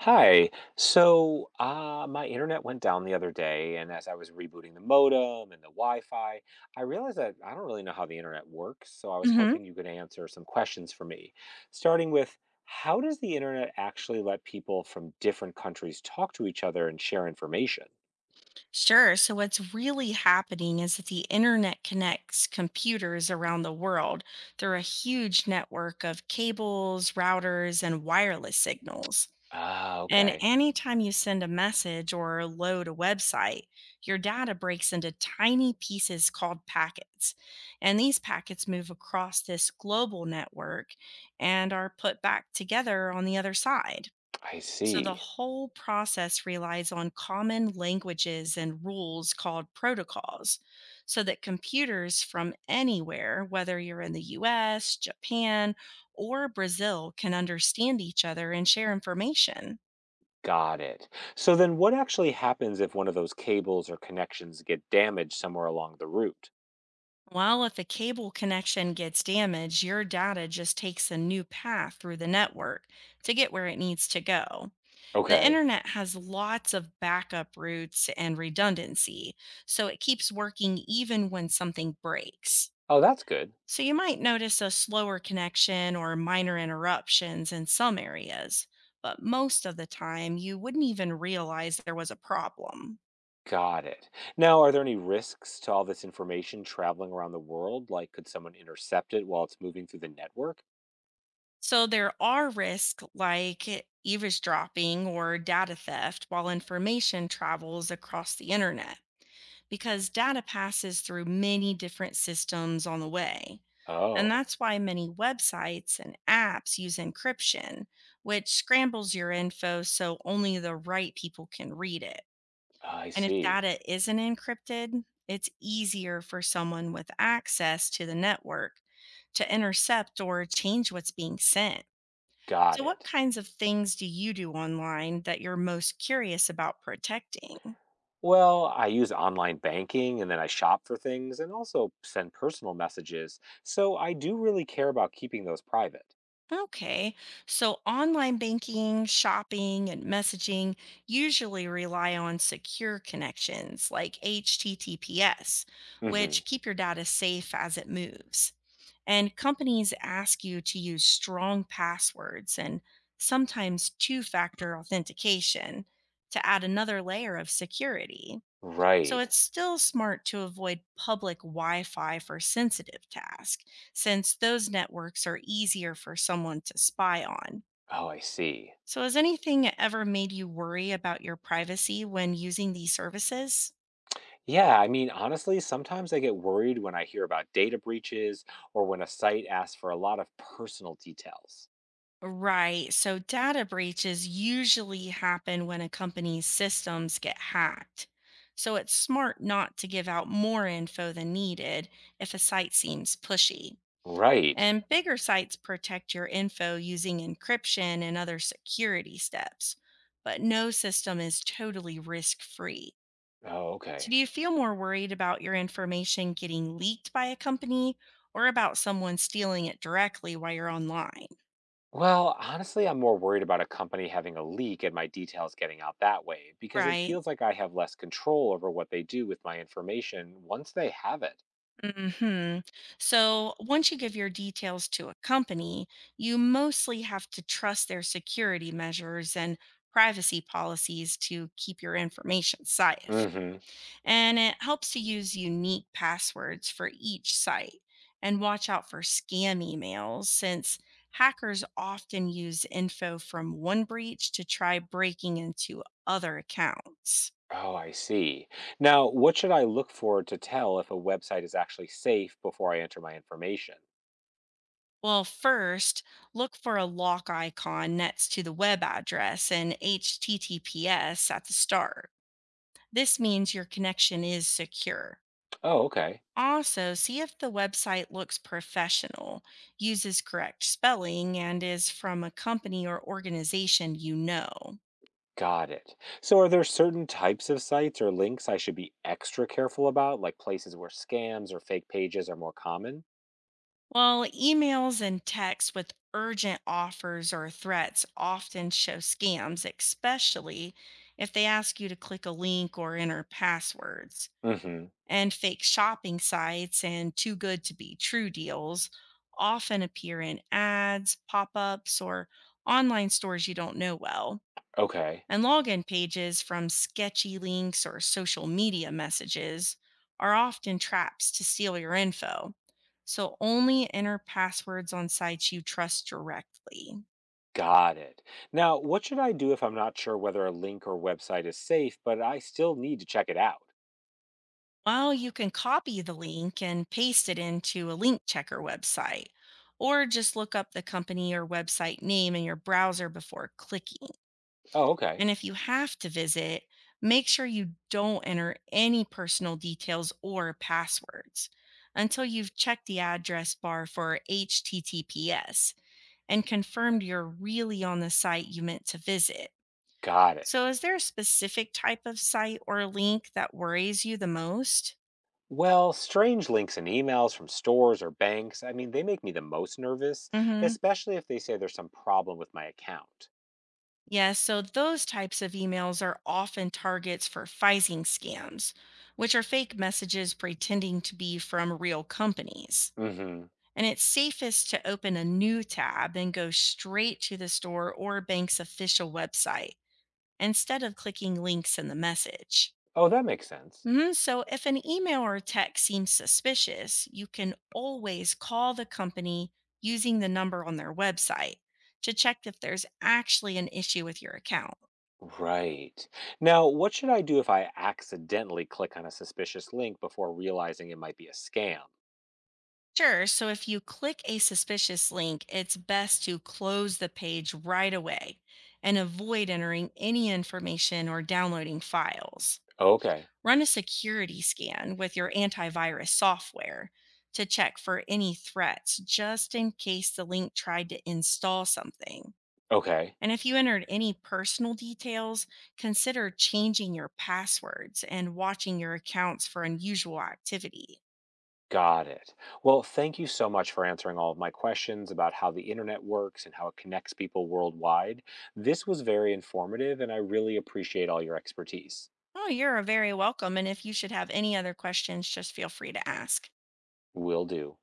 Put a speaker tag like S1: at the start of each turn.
S1: Hi. So, my internet went down the other day, and as I was rebooting the modem and the Wi-Fi, I realized that I don't really know how the internet works, so I was
S2: Hmm.
S1: hoping you could answer some questions for me. Starting with, how does the internet actually let people from different countries talk to each other and share information?
S2: Sure. So, what's really happening is that the internet connects computers around the world through a huge network of cables, routers, and wireless signals.
S1: Ah,
S2: And
S1: okay.
S2: anytime you send a message or load a website, your data breaks into tiny pieces called packets. And these packets move across this global network and are put back together on the other side.
S1: I
S2: So the
S1: see.
S2: whole process relies on common languages and rules called protocols, so that computers from anywhere, whether you're in the US, Japan, or Brazil, can understand each other and share information.
S1: Got it. So then what actually happens if one of those cables or connections get damaged somewhere along the route?
S2: While if a cable connection gets damaged, your data just takes a new path through the network to get where it needs to go. The
S1: Okay.
S2: internet has lots of backup routes and redundancy, so it keeps working even when something breaks.
S1: Oh, that's good.
S2: So you might notice a slower connection or minor interruptions in some areas, but most of the time you wouldn't even realize there was a problem.
S1: Got it. Now, are there any risks to all this information traveling around the world? Like, could someone intercept it while it's moving through the network?
S2: So there are risks like eavesdropping or data theft while information travels across the internet because data passes through many different systems on the way. And
S1: Oh,
S2: that's why many websites and apps use encryption, which scrambles your info so only the right people can read it.
S1: I
S2: And if
S1: see.
S2: data isn't encrypted, it's easier for someone with access to the network to intercept or change what's being sent.
S1: Got
S2: So, what
S1: it.
S2: kinds of things do you do online that you're most curious about protecting?
S1: Well, I use online banking and then I shop for things and also send personal messages. So I do really care about keeping those private.
S2: Okay. So online banking, shopping, and messaging usually rely on secure connections like HTTPS,
S1: Hmm.
S2: which keep your data safe as it moves. And companies ask you to use strong passwords and sometimes two factor authentication to add another layer of security. So
S1: Right.
S2: it's still smart to avoid public Wi Fi for sensitive tasks, since those networks are easier for someone to spy on.
S1: Oh, I see.
S2: So, has anything ever made you worry about your privacy when using these services?
S1: Yeah, honestly, sometimes I get worried when I hear about data breaches or when a site asks for a lot of personal details.
S2: Right. So, data breaches usually happen when a company's systems get hacked. So, it's smart not to give out more info than needed if a site seems pushy.
S1: Right.
S2: And bigger sites protect your info using encryption and other security steps, but no system is totally risk free.
S1: Oh,
S2: So,
S1: okay.
S2: do you feel more worried about your information getting leaked by a company or about someone stealing it directly while you're online?
S1: Well, honestly, I'm more worried about a company having a leak and my details getting out that way because it
S2: Right.
S1: feels like I have less control over what they do with my information once they have it.
S2: Mhm. So, once you give your details to a company, you mostly have to trust their security measures and privacy policies to keep your information safe.
S1: Hmm.
S2: And it helps to use unique passwords for each site and watch out for scam emails since hackers often use info from one breach to try breaking into other accounts.
S1: Oh, I see. Now, what should I look for to tell if a website is actually safe before I enter my information?
S2: Well, first, look for a lock icon next to the web address and HTTPS at the start. This means your connection is secure.
S1: Oh, okay.
S2: Also, see if the website looks professional, uses correct spelling, and is from a company or organization you know.
S1: Got it. So, are there certain types of sites or links I should be extra careful about, like places where scams or fake pages are more common?
S2: While emails and texts with urgent offers or threats often show scams, especially if they ask you to click a link or enter passwords.
S1: Hmm.
S2: And fake shopping sites and too good to be true deals often appear in ads, pop ups, or online stores you don't know well.
S1: Okay.
S2: And login pages from sketchy links or social media messages are often traps to steal your info. So only enter passwords on sites you trust directly.
S1: Got it. Now, what should I do if I'm not sure whether a link or website is safe, but I still need to check it out?
S2: Well, you can copy the link and paste it into a link checker website, or just look up the company or website name in your browser before clicking.
S1: Oh, okay.
S2: And if you have to visit, make sure you don't enter any personal details or passwords until you've checked the address bar for HTTPS and confirmed you're really on the site you meant to visit.
S1: Got it.
S2: So, is there a specific type of site or link that worries you the most?
S1: Well, strange links and emails from stores or banks, they make me the most nervous,
S2: Mm-hmm.
S1: especially if they say there's some problem with my account.
S2: Yeah, so those types of emails are often targets for phishing scams, which are fake messages pretending to be from real companies.
S1: Hmm.
S2: And it's safest to open a new tab and go straight to the store or bank's official website instead of clicking links in the message.
S1: Oh, that makes sense.
S2: Mhm. So, if an email or text seems suspicious, you can always call the company using the number on their website to check if there's actually an issue with your account.
S1: Right. Now, what should I do if I accidentally click on a suspicious link before realizing it might be a scam?
S2: Sure, so if you click a suspicious link, it's best to close the page right away and avoid entering any information or downloading files.
S1: Okay.
S2: Run a security scan with your antivirus software to check for any threats just in case the link tried to install something.
S1: Okay.
S2: And if you entered any personal details, consider changing your passwords and watching your accounts for unusual activity.
S1: Got it. Well, thank you so much for answering all of my questions about how the internet works and how it connects people worldwide. This was very informative, and I really appreciate all your expertise.
S2: Oh, you're very welcome. And if you should have any other questions, just feel free to ask.
S1: Will do.